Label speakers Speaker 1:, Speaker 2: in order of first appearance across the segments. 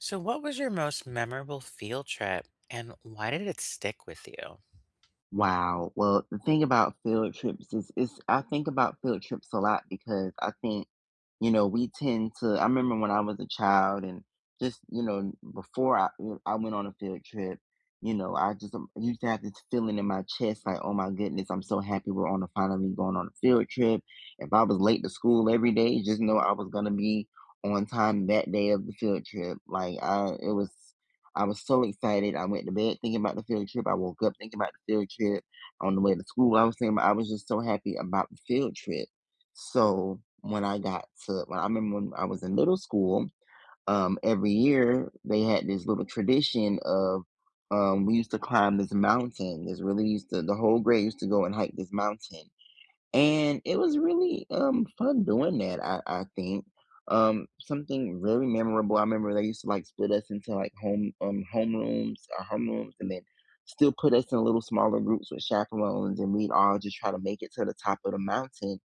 Speaker 1: So, what was your most memorable field trip and why did it stick with you?
Speaker 2: Wow. Well, the thing about field trips is I think about field trips a lot because I think, we tend to I remember when I was a child and just, before I went on a field trip, I just used to have this feeling in my chest like, oh my goodness, I'm so happy we're on a finally going on a field trip. If I was late to school every day, just know I was gonna be on time that day of the field trip. Like, I was so excited. I went to bed thinking about the field trip. I woke up thinking about the field trip. On the way to school, I was just so happy about the field trip. So when I remember when I was in middle school, every year they had this little tradition of we used to climb this mountain. This really used to, the whole grade used to go and hike this mountain, and it was really fun doing that. I think something very memorable. I remember they used to like split us into like home home rooms our homerooms, and then still put us in little smaller groups with chaperones, and we'd all just try to make it to the top of the mountain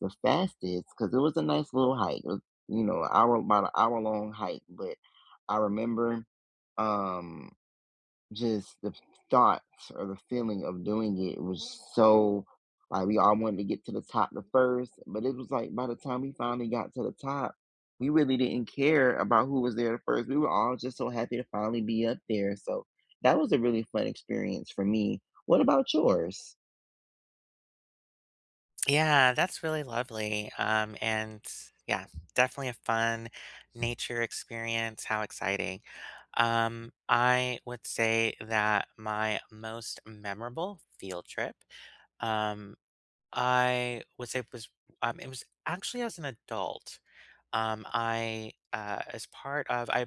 Speaker 2: the fastest because it was a nice little hike. It was, hour about an hour long hike, but I remember. Um, just the thoughts or the feeling of doing it was so like we all wanted to get to the top the first, but it was like by the time we finally got to the top, we really didn't care about who was there the first. We were all just so happy to finally be up there. So that was a really fun experience for me. What about yours?
Speaker 1: Yeah, that's really lovely. And yeah, definitely a fun nature experience. How exciting. I would say that my most memorable field trip, um, I would say was it was actually as an adult. I as part of I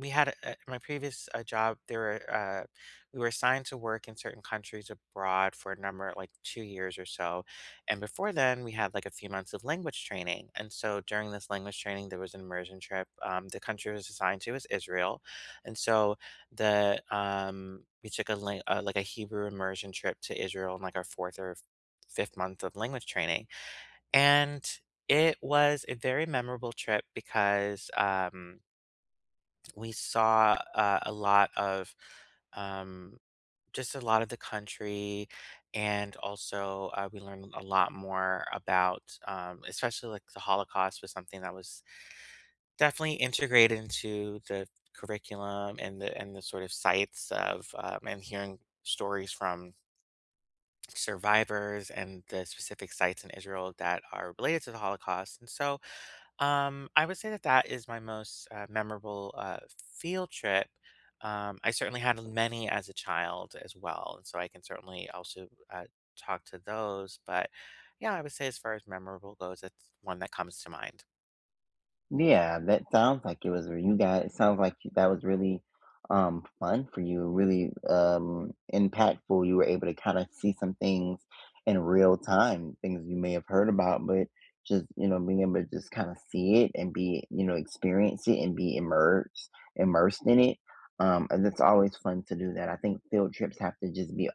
Speaker 1: we had at my previous job there were we were assigned to work in certain countries abroad for a number like 2 years or so, and before then we had like a few months of language training. And so during this language training there was an immersion trip, the country it was assigned to was Israel. And so the we took like a Hebrew immersion trip to Israel in like our fourth or fifth month of language training. And it was a very memorable trip because we saw a lot of, um, just a lot of the country, and also we learned a lot more about, especially like the Holocaust was something that was definitely integrated into the curriculum, and the sort of sites of, and hearing stories from survivors and the specific sites in Israel that are related to the Holocaust. And so I would say that that is my most, memorable, field trip. I certainly had many as a child as well, and so I can certainly also, talk to those, but, yeah, I would say as far as memorable goes, that's one that comes to mind.
Speaker 2: Yeah, that sounds like it was. You guys, it sounds like that was really fun for you, really impactful. You were able to kind of see some things in real time, things you may have heard about, but just, being able to just kind of see it and be, experience it and be immersed in it. And it's always fun to do that. I think field trips have to just be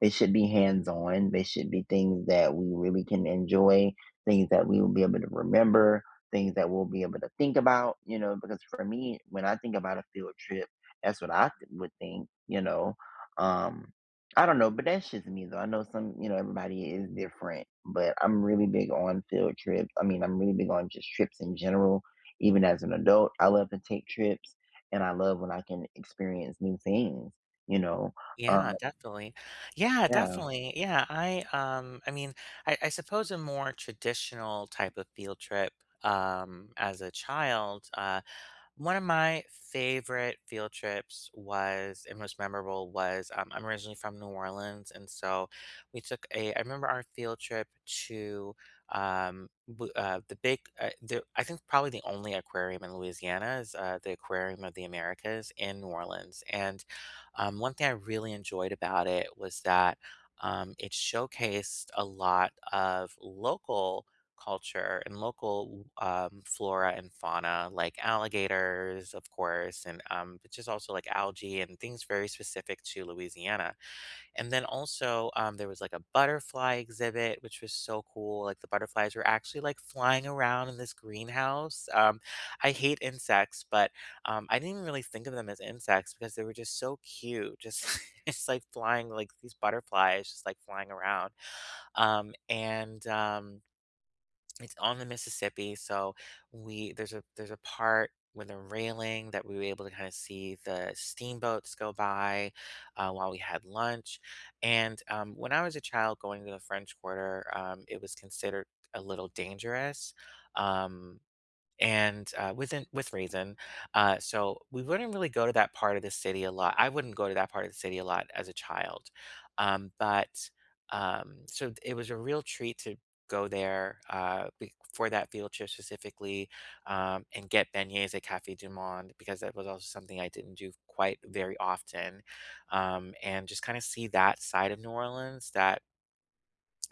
Speaker 2: they should be hands-on. They should be things that we really can enjoy, things that we will be able to remember, things that we'll be able to think about, you know, because for me, when I think about a field trip, that's what I would think. Um, I don't know, but that's just me though. I know some, everybody is different, but I'm really big on field trips. I mean, I'm really big on just trips in general. Even as an adult, I love to take trips, and I love when I can experience new things, you know. Um,
Speaker 1: Yeah, definitely. Yeah,
Speaker 2: yeah,
Speaker 1: definitely. Yeah, I mean, I suppose a more traditional type of field trip, as a child. One of my favorite field trips was and most memorable was I'm originally from New Orleans, and so we took a. I remember our field trip to the big. The, I think probably the only aquarium in Louisiana is the Aquarium of the Americas in New Orleans. And one thing I really enjoyed about it was that it showcased a lot of local culture and local, flora and fauna, like alligators, of course. And but just also like algae and things very specific to Louisiana. And then also there was like a butterfly exhibit, which was so cool. Like the butterflies were actually like flying around in this greenhouse. I hate insects, but I didn't really think of them as insects because they were just so cute. Just it's like flying like these butterflies, just like flying around. And It's on the Mississippi, so we there's a part with a railing that we were able to kind of see the steamboats go by while we had lunch. And when I was a child, going to the French Quarter, it was considered a little dangerous. Um, and Within with reason. So we wouldn't really go to that part of the city a lot. I wouldn't go to that part of the city a lot as a child, but so it was a real treat to go there, for that field trip specifically, and get beignets at Cafe Du Monde because that was also something I didn't do quite very often, and just kind of see that side of New Orleans that.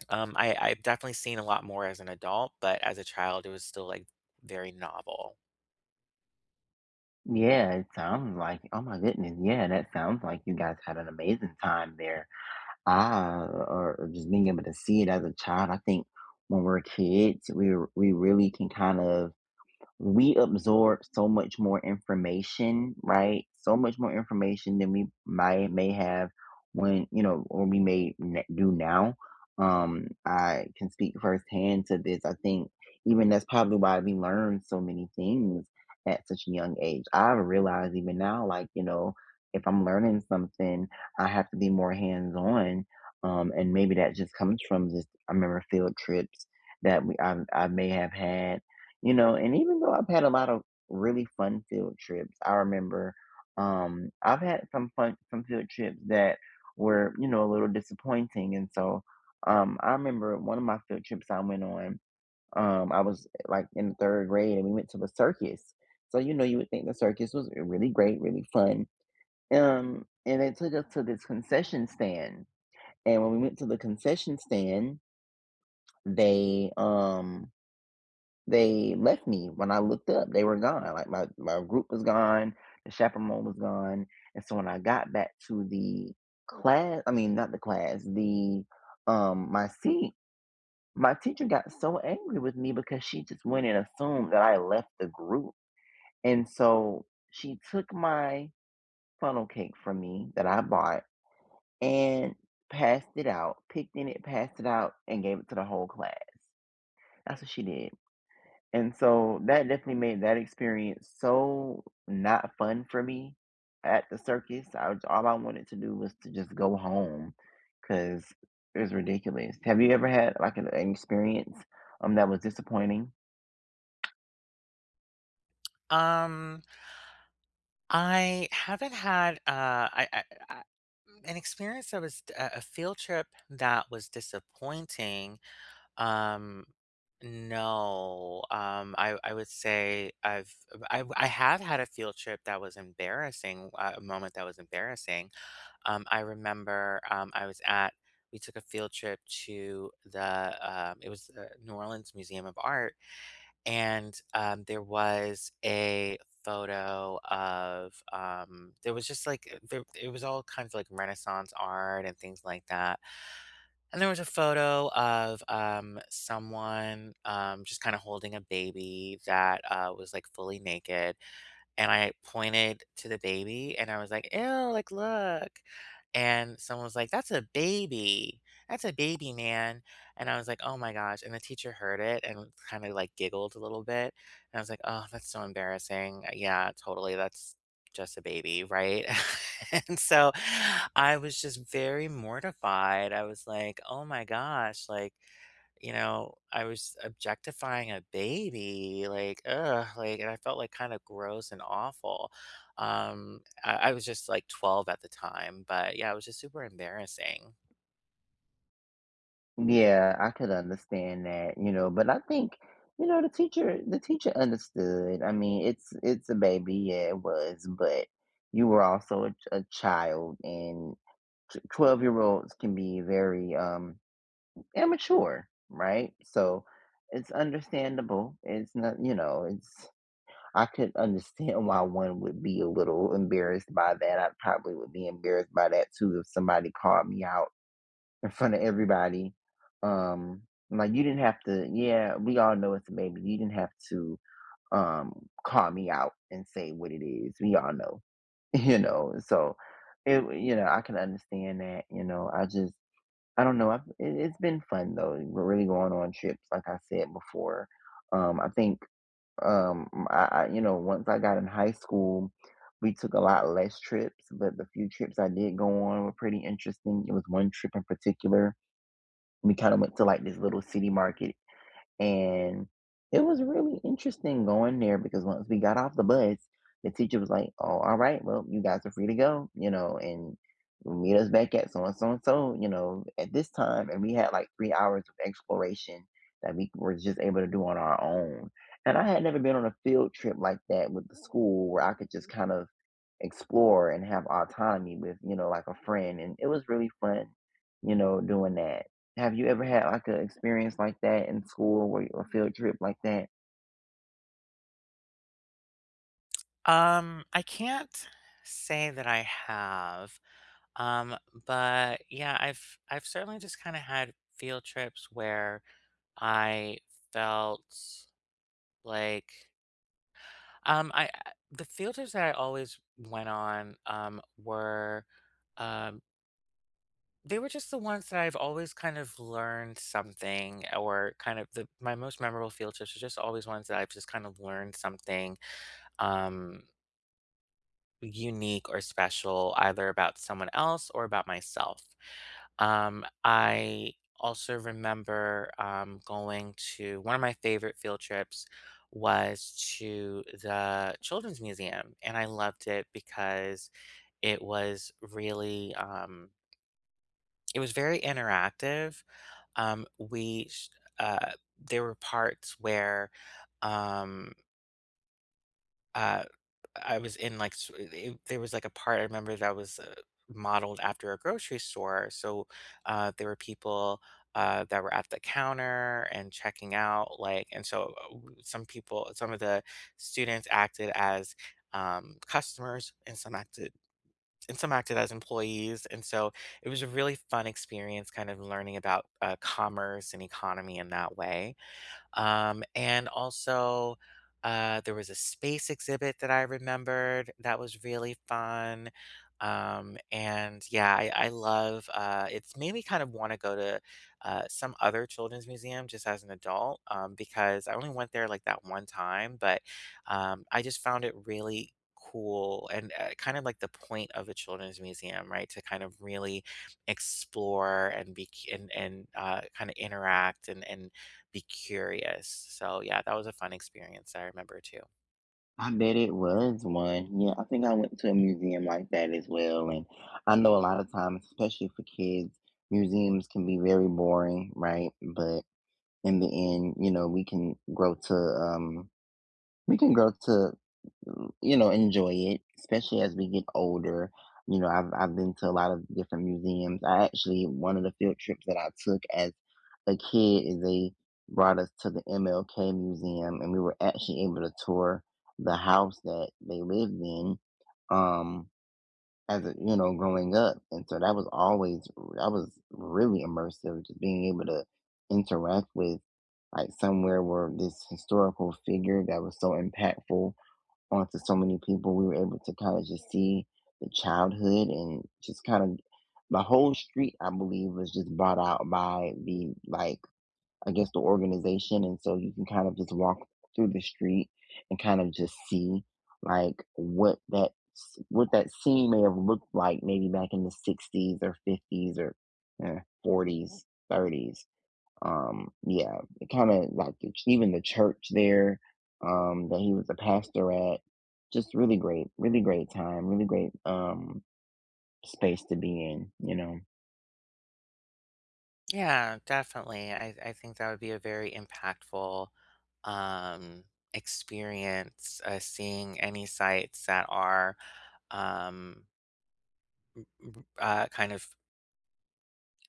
Speaker 1: I've definitely seen a lot more as an adult, but as a child, it was still like very novel.
Speaker 2: yeah, it sounds like, oh my goodness, yeah, that sounds like you guys had an amazing time there. I or just being able to see it as a child, I think when we're kids, we really can kind of we absorb so much more information, right? So much more information than we might may have, or we may do now. I can speak firsthand to this. I think even that's probably why we learn so many things at such a young age. I realize even now, like, if I'm learning something, I have to be more hands on. And maybe that just comes from just I remember field trips that I may have had, and even though I've had a lot of really fun field trips, I remember, I've had some field trips that were, a little disappointing, and so, I remember one of my field trips I went on. I was, like, in 3rd grade, and we went to the circus. So, you would think the circus was really great, really fun, and they took us to this concession stand, and when we went to the concession stand, they, um they left me. When I looked up, they were gone. Like, my group was gone, the chaperone was gone, and so when I got back to the class, I mean, not the class, my seat, my teacher got so angry with me because she just went and assumed that I left the group, and so she took my funnel cake from me that I bought and passed it out, picked in it, passed it out, and gave it to the whole class. That's what she did. And so that definitely made that experience so not fun for me at the circus. All I wanted to do was to just go home because it was ridiculous. Have you ever had like an experience that was disappointing?
Speaker 1: Um, I haven't had, I an experience that was a field trip that was disappointing. Um, no, I would say I have had a field trip that was embarrassing, a moment that was embarrassing. I remember, I was at, we took a field trip to the, it was the New Orleans Museum of Art. And, there was a photo of, there was just, like, there it was all kinds of, like, Renaissance art and things like that, and there was a photo of, someone, just kinda holding a baby that, was, like, fully naked. And I pointed to the baby and I was like, "Ew, like look." And someone was like, "That's a baby. That's a baby, man." And I was like, "Oh my gosh." And the teacher heard it and kind of like giggled a little bit. And I was like, "Oh, that's so embarrassing." Yeah, totally. That's just a baby, right? And so I was just very mortified. I was like, "Oh my gosh, like I was objectifying a baby, like, ugh, like, and I felt like kind of gross and awful. I was just like 12 at the time, but yeah, it was just super embarrassing.
Speaker 2: Yeah, I could understand that, but I think, the teacher understood. I mean, it's a baby, yeah, it was, but you were also a child, and 12-year-olds can be very immature, right? So it's understandable. It's not, you know, it's I could understand why one would be a little embarrassed by that. I probably would be embarrassed by that too if somebody called me out in front of everybody. Um like, you didn't have to. Yeah, we all know it's a baby. You didn't have to call me out and say what it is. We all know. So I can understand that. I don't know, I've it it's been fun though. We're really going on trips, like I said before. I think, once I got in high school, we took a lot less trips, but the few trips I did go on were pretty interesting. It was one trip in particular. We kinda went to, like, this little city market, and it was really interesting going there because once we got off the bus, the teacher was like, "Oh, all right, well, you guys are free to go, you know, and meet us back at so and so and so, you know, at this time." And we had like 3 hours of exploration that we were just able to do on our own. And I had never been on a field trip like that with the school where I could just kind of explore and have autonomy with, like, a friend, and it was really fun, doing that. Have you ever had like an experience like that in school, where a field trip like that?
Speaker 1: I can't say that I have, um, but yeah, I've certainly just kind of had field trips where I felt like the field trips that I always went on were. Um, They were just the ones that I've always kind of learned something, or kind of the my most memorable field trips are just always ones that I've just kind of learned something um unique or special either about someone else or about myself. I also remember going to one of my favorite field trips was to the children's museum, and I loved it because it was really, it was very interactive. We sh uh, there were parts where, um, uh, I was in, like, s it there was, like, a part I remember that was, modeled after a grocery store, so, there were people, that were at the counter and checking out, like and so, w some people some of the students acted as, customers, and some acted as employees. And so it was a really fun experience kind of learning about commerce and economy in that way. And Also, there was a space exhibit that I remembered that was really fun. And yeah, I love it's made me kind of want to go to some other children's museum just as an adult, because I only went there like that one time, but I just found it really cool, and kind of like the point of a children's museum, right? To kind of really explore and be and kind of interact and be curious. So yeah, that was a fun experience I remember too.
Speaker 2: I bet it was one. Yeah, I think I went to a museum like that as well. And I know a lot of times, especially for kids, museums can be very boring, right? But in the end, we can grow to enjoy it, especially as we get older. I've been to a lot of different museums. I actually one of the field trips that I took as a kid is they brought us to the MLK Museum, and we were actually able to tour the house that they lived in. Um, as a, you know, growing up, and so that was really immersive, just being able to interact with, like, somewhere where this historical figure that was so impactful onto so many people. We were able to kind of just see the childhood, and just kind of the whole street, I believe, was just brought out by the like, I guess, the organization, and so you can kind of just walk through the street and kind of just see like what that scene may have looked like maybe back in the 60s or 50s or eh, 40s, 30s, yeah, kind of like the even the church there, that he was a pastor at. Just really great, really great time, really great space to be in. You know.
Speaker 1: Yeah, definitely. I think that would be a very impactful, um, experience, seeing any sites that are, um, kind of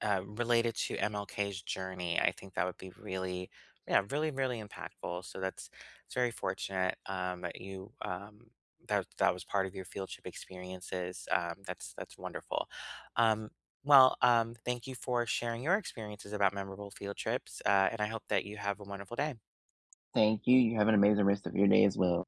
Speaker 1: related to MLK's journey. I think that would be really, yeah, really, really impactful. So that's it's very fortunate that you, that that was part of your field trip experiences. That's wonderful. Um, well, thank you for sharing your experiences about memorable field trips, and I hope that you have a wonderful day.
Speaker 2: Thank you. You have an amazing rest of your day as well.